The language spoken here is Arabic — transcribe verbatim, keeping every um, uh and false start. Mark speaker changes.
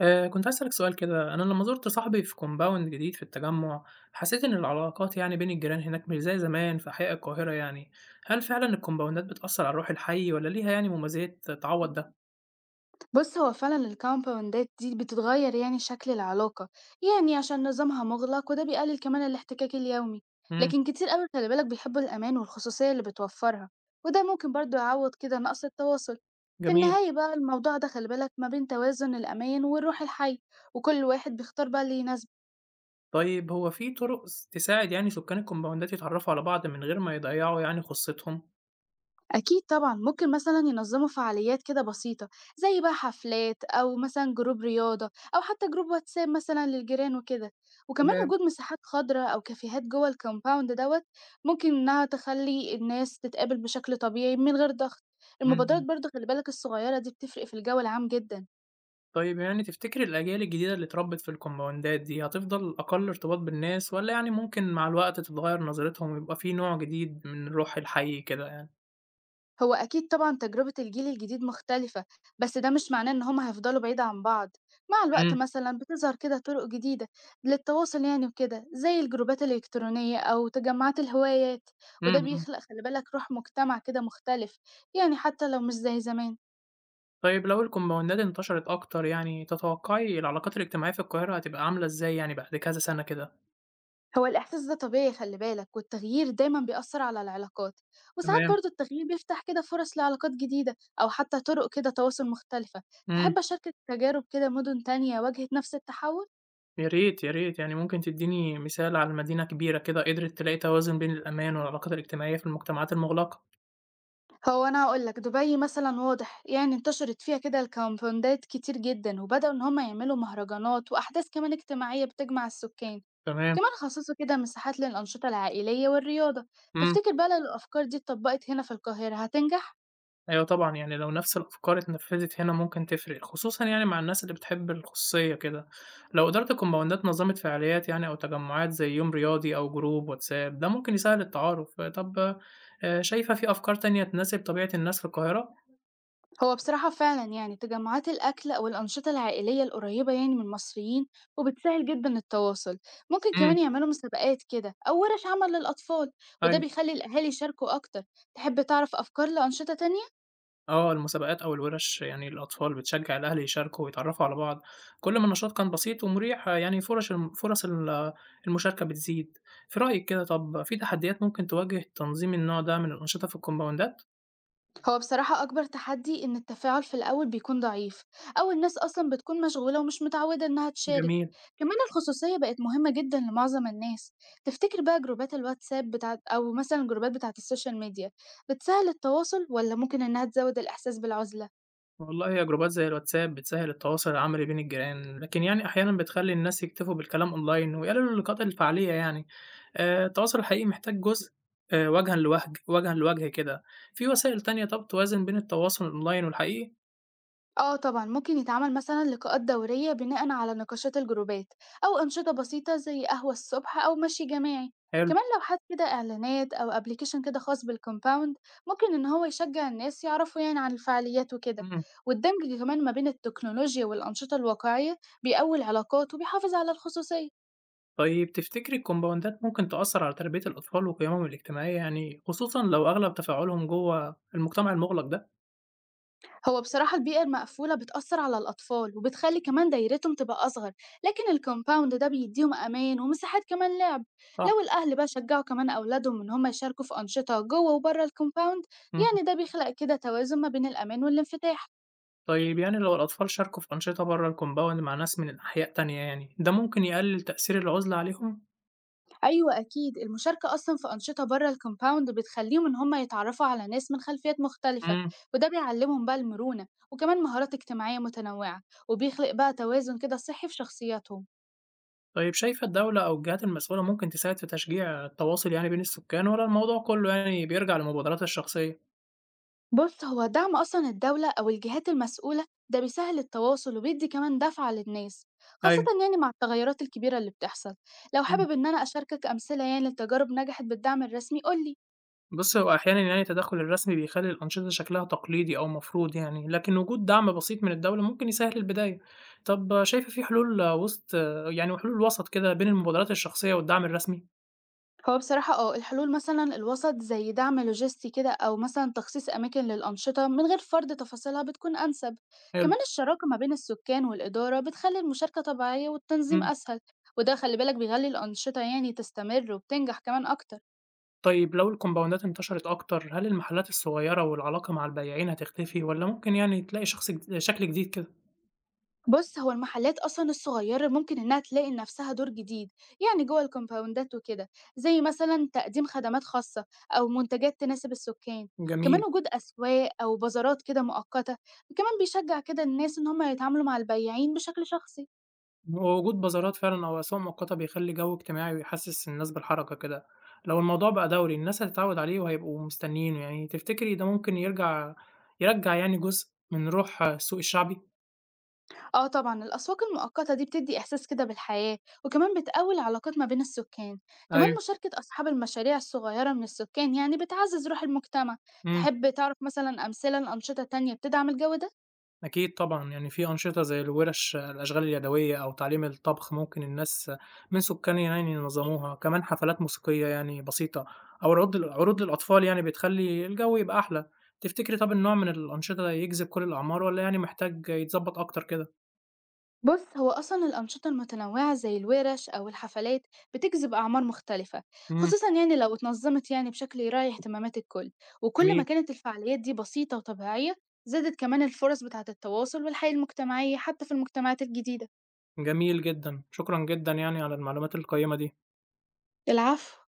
Speaker 1: آآ، كنت عايز أسألك سؤال كده، أنا لمّا زُرت صاحبي في compound جديد في التجمُّع، حسيت إن العلاقات يعني بين الجيران هناك مش زي زمان في أحياء القاهرة يعني، هل فعلًا الكومباوندات بتأثّر على روح الحي والّا ليها يعني مميزات تعوّض ده؟
Speaker 2: بُص، هو فعلًا الكومباوندات دي بتتغيّر يعني شكل العلاقة، يعني عشان نظامها مُغلق وده بيقلل كمان الاحتكاك اليومي،
Speaker 1: إمم،
Speaker 2: لكن كتير أوي خلي بالك بيحبّوا الأمان والخصوصية اللي بتوفّرها، وده ممكن برضه يعوّض كده نقص التواصل. في
Speaker 1: جميل،
Speaker 2: النهاية بقى الموضوع ده خلي بالك ما بين توازن الأمان والروح الحية، وكل واحد بيختار بقى اللي يناسبه.
Speaker 1: طيب هو في طُرق س تساعد يعني سكان الكومباوندات يتعرّفوا على بعض من غير ما يضيّعوا يعني خُصّتهم؟
Speaker 2: أكيد طبعًا، ممكن مثلًا ينظموا فعاليات كده بسيطة، زي بقى حفلات أو مثلًا جروب رياضة أو حتى جروب واتساب مثلًا للجيران وكده، وكمان
Speaker 1: تمام،
Speaker 2: وجود مساحات خضراء أو كافيهات جوه الكومباوند دوّة ممكن إنها تخلّي الناس تتقابل بشكل طبيعي من غير ضغط،
Speaker 1: إمم،
Speaker 2: المبادرات
Speaker 1: إمم،
Speaker 2: برضه خلّي بالك الصغيرة دي بتفرق في الجو العام جدًا.
Speaker 1: طيب يعني تفتكر الأجيال الجديدة اللي اتربّت في الكومباوندات دي هتفضل أقَل ارتباط بالناس والّا يعني ممكن مع الوقت تتغيّر نظرتهم ويبقى في نوع جديد من روح الحي كده يعني؟
Speaker 2: هو أكيد طبعًا تجربة الجيل الجديد مختلفة، بس ده مش معناه إن هم هيفضلوا بعيد عن بعض، مع الوقت
Speaker 1: إمم،
Speaker 2: مثلًا بتظهر كده طرق جديدة للتواصل يعني وكده، زي الجروبات الإلكترونية أو تجمعات الهوايات، وده
Speaker 1: إمم، إمم.
Speaker 2: بيخلق خلي بالك روح مجتمع كده مختلف، يعني حتى لو مش زي زمان.
Speaker 1: طيب لو الكومباوندات انتشرت أكتر يعني، تتوقعي العلاقات الاجتماعية في القاهرة هتبقى عاملة إزاي يعني بعد كذا سنة كده؟
Speaker 2: هو الإحساس ده طبيعي خلي بالك، والتغيير دايمًا بيأثر على العلاقات، وساعات
Speaker 1: تمام،
Speaker 2: برضه التغيير بيفتح كده فرص لعلاقات جديدة أو حتى طرق كده تواصل مختلفة.
Speaker 1: إمم.
Speaker 2: تحب أشاركك تجارب كده مدن تانية واجهت نفس التحول؟
Speaker 1: يا ريت، يا ريت. يعني ممكن تدّيني مثال على مدينة كبيرة كده قدرت تلاقي توازن بين الأمان والعلاقات الاجتماعية في المجتمعات المُغلقة؟
Speaker 2: هو أنا هاقول لك، دبي مثلًا واضح يعني انتشرت فيها كده الكامباوندات كتير جدًا، وبدأوا إن هم يعملوا مهرجانات وأحداث كمان اجتماعية بتجمع السكان،
Speaker 1: تمام،
Speaker 2: كمان خصصوا كده مساحات للأنشطة العائلية والرياضة،
Speaker 1: إمم.
Speaker 2: تفتكر بقى لو الأفكار دي اتطبقت هنا في القاهرة هتنجح؟
Speaker 1: أيوه طبعًا، يعني لو نفس الأفكار اتنفّذت هنا ممكن تفرق، خصوصًا يعني مع الناس اللي بتحب الخصوصية كده. لو إدارة الكومباوندات نظّمت فعاليات يعني أو تجمعات زي يوم رياضي أو جروب واتساب، ده ممكن يسهّل التعارف. طب آآ شايفة في أفكار تانية تناسب طبيعة الناس في القاهرة؟
Speaker 2: هو بصراحة فعلًا يعني تجمعات الأكل أو الأنشطة العائلية القريبة يعني من المصريين وبتسهل جدًا التواصل، ممكن
Speaker 1: إمم،
Speaker 2: كمان يعملوا مسابقات كده أو ورش عمل للأطفال، وده
Speaker 1: أيوه.
Speaker 2: بيخلي الأهالي يشاركوا أكتر، تحب تعرف أفكار لأنشطة تانية؟
Speaker 1: آه، المسابقات أو الوِرَش يعني للأطفال بتشجّع الأهل يشاركوا ويتعرّفوا على بعض. كل ما النشاط كان بسيط ومريح، آه، يعني فرش الم فرص ال المشاركة بتزيد. في رأيِك كده طب في تحديات ممكن تواجه تنظيم النوع ده من الأنشطة في الكومباوندات؟
Speaker 2: هو بصراحة أكبر تحدي إن التفاعل في الأول بيكون ضعيف أو الناس أصلا بتكون مشغولة ومش متعودة إنها تشارك،
Speaker 1: جميل.
Speaker 2: كمان الخصوصية بقت مهمة جدا لمعظم الناس. تفتكر بقى جروبات الواتساب بتاعت أو مثلا الجروبات بتاعت السوشيال ميديا بتسهل التواصل ولا ممكن إنها تزود الإحساس بالعزلة؟
Speaker 1: والله هي جروبات زي الواتساب بتسهّل التواصل العملي بين الجيران، لكن يعني أحيانًا بتخلّي الناس يكتفوا بالكلام أونلاين ويقللوا اللقاءات الفعلية يعني. آآ التواصل الحقيقي محتاج جزء آآ وجهًا لوجه وجهًا لوجه كده، في وسائل تانية طَب توازن بين التواصل الأونلاين والحقيقي؟
Speaker 2: آه طبعًا، ممكن يتعمل مثلًا لقاءات دورية بناءً على نقاشات الجروبات، أو أنشطة بسيطة زي قهوة الصبح أو مشي جماعي،
Speaker 1: حلو،
Speaker 2: كمان لو حط كده إعلانات أو application كده خاص بالcompound ممكن إن هو يشجع الناس يعرفوا يعني عن الفعاليات وكده،
Speaker 1: إمم.
Speaker 2: والدمج كمان ما بين التكنولوجيا والأنشطة الواقعية بيقوي العلاقات وبيحافظ على الخصوصية.
Speaker 1: طيب تفتكري الكومباوندات ممكن تأثّر على تربية الأطفال وقيمهم الاجتماعية يعني، خصوصًا لو أغلب تفاعلهم جوّه المجتمع المُغلق ده؟
Speaker 2: هو بصراحة البيئة المقفولة بتأثر على الأطفال وبتخلي كمان دايرتهم تبقى أصغر، لكن الكومباوند ده بيديهم أمان ومساحات كمان لعب.
Speaker 1: صح،
Speaker 2: لو الأهل بقى شجعوا كمان أولادهم إن هم يشاركوا في أنشطة جوه وبره الكومباوند،
Speaker 1: إمم.
Speaker 2: يعني ده بيخلق كده توازن ما بين الأمان والانفتاح.
Speaker 1: طيب يعني لو الأطفال شاركوا في أنشطة بره الكومباوند مع ناس من أحياء تانية يعني ده ممكن يقلل تأثير العزلة عليهم؟
Speaker 2: أيوة أكيد المشاركة أصلا في أنشطة بره الكومباوند بتخليهم إن هم يتعرفوا على ناس من خلفيات مختلفة،
Speaker 1: امم.
Speaker 2: وده بيعلمهم بقى المرونة وكمان مهارات اجتماعية متنوعة، وبيخلق بقى توازن كده صحي في شخصياتهم.
Speaker 1: طيب شايفة الدولة أو الجهات المسؤولة ممكن تساعد في تشجيع التواصل يعني بين السكان ولا الموضوع كله يعني بيرجع للمبادرات الشخصية؟
Speaker 2: بص، هو دعم أصلا الدولة أو الجهات المسؤولة ده بيسهل التواصل وبيدي كمان دفعة للناس، خاصة
Speaker 1: أيوه،
Speaker 2: يعني مع التغيرات الكبيرة اللي بتحصل. لو
Speaker 1: مم.
Speaker 2: حابب إن أنا أشاركك أمثلة يعني لتجارب نجحت بالدعم الرسمي قولي.
Speaker 1: بص هو أحيانا يعني التدخل الرسمي بيخلي الأنشطة شكلها تقليدي أو مفروض يعني لكن وجود دعم بسيط من الدولة ممكن يسهل البداية. طب شايفة في حلول وسط، يعني حلول وسط كده بين المبادرات الشخصية والدعم الرسمي؟
Speaker 2: هو بصراحة اه الحلول مثلا الوسط زي دعم لوجستي كده أو مثلا تخصيص أماكن للأنشطة من غير فرض تفاصيلها بتكون أنسب،
Speaker 1: حلو،
Speaker 2: كمان الشراكة ما بين السكان والإدارة بتخلي المشاركة طبيعية والتنظيم
Speaker 1: مم.
Speaker 2: أسهل، وده خلي بالك بيخلي الأنشطة يعني تستمر وبتنجح كمان أكتر.
Speaker 1: طيب لو الكومباوندات انتشرت أكتر، هل المحلات الصغيرة والعلاقة مع البياعين هتختفي والّا ممكن يعني تلاقي شخص جد شكل جديد كده؟
Speaker 2: بُص، هو المحلات أصلًا الصغيّرة ممكن إنّها تلاقي لنفسها دور جديد، يعني جوّه الكومباوندات وكده، زي مثلًا تقديم خدمات خاصة أو منتجات تناسب السكان،
Speaker 1: جميل،
Speaker 2: كمان وجود أسواق أو بازارات كده مؤقتة، وكمان بيشجّع كده الناس إن هُم يتعاملوا مع البياعين بشكل شخصي.
Speaker 1: ووجود بازارات فعلًا أو أسواق مؤقتة بيخلّي جو اجتماعي ويحسّس الناس بالحركة كده، لو الموضوع بقى دوري الناس هتتعوّد عليه وهيبقوا مستنيينه يعني، تفتكري ده ممكن يرجع يرجّع يعني جزء من روح، آه، السوق الشعبي؟
Speaker 2: آه طبعًا، الأسواق المؤقتة دي بتدّي إحساس كده بالحياة، وكمان بتقوي العلاقات ما بين السكان، كمان
Speaker 1: أيوه،
Speaker 2: مشاركة أصحاب المشاريع الصغيّرة من السكان يعني بتعزّز روح المجتمع.
Speaker 1: إمم.
Speaker 2: تحب تعرف مثلًا أمثلة لأنشطة تانية بتدعم الجو ده؟
Speaker 1: أكيد طبعًا، يعني في أنشطة زي الورش الأشغال اليدوية أو تعليم الطبخ ممكن الناس من سكانها يعني ينظموها، كمان حفلات موسيقية يعني بسيطة أو عروض عروض للأطفال يعني بتخلّي الجو يبقى أحلى. تفتكري طَب النوع من الأنشطة ده يجذب كل الأعمار والّا يعني محتاج يتضبط أكتر كده؟
Speaker 2: بص هو أصلا الأنشطة المتنوعة زي الورش أو الحفلات بتجذب أعمار مختلفة،
Speaker 1: إمم،
Speaker 2: خصوصا يعني لو اتنظمت يعني بشكل يراعي اهتمامات الكل، وكل ما
Speaker 1: جميل،
Speaker 2: كانت الفعاليات دي بسيطة وطبيعية زادت كمان الفرص بتاعة التواصل والحياة المجتمعية حتى في المجتمعات الجديدة.
Speaker 1: جميل جدًا، شكرًا جدًا يعني على المعلومات القيّمة دي.
Speaker 2: العفو.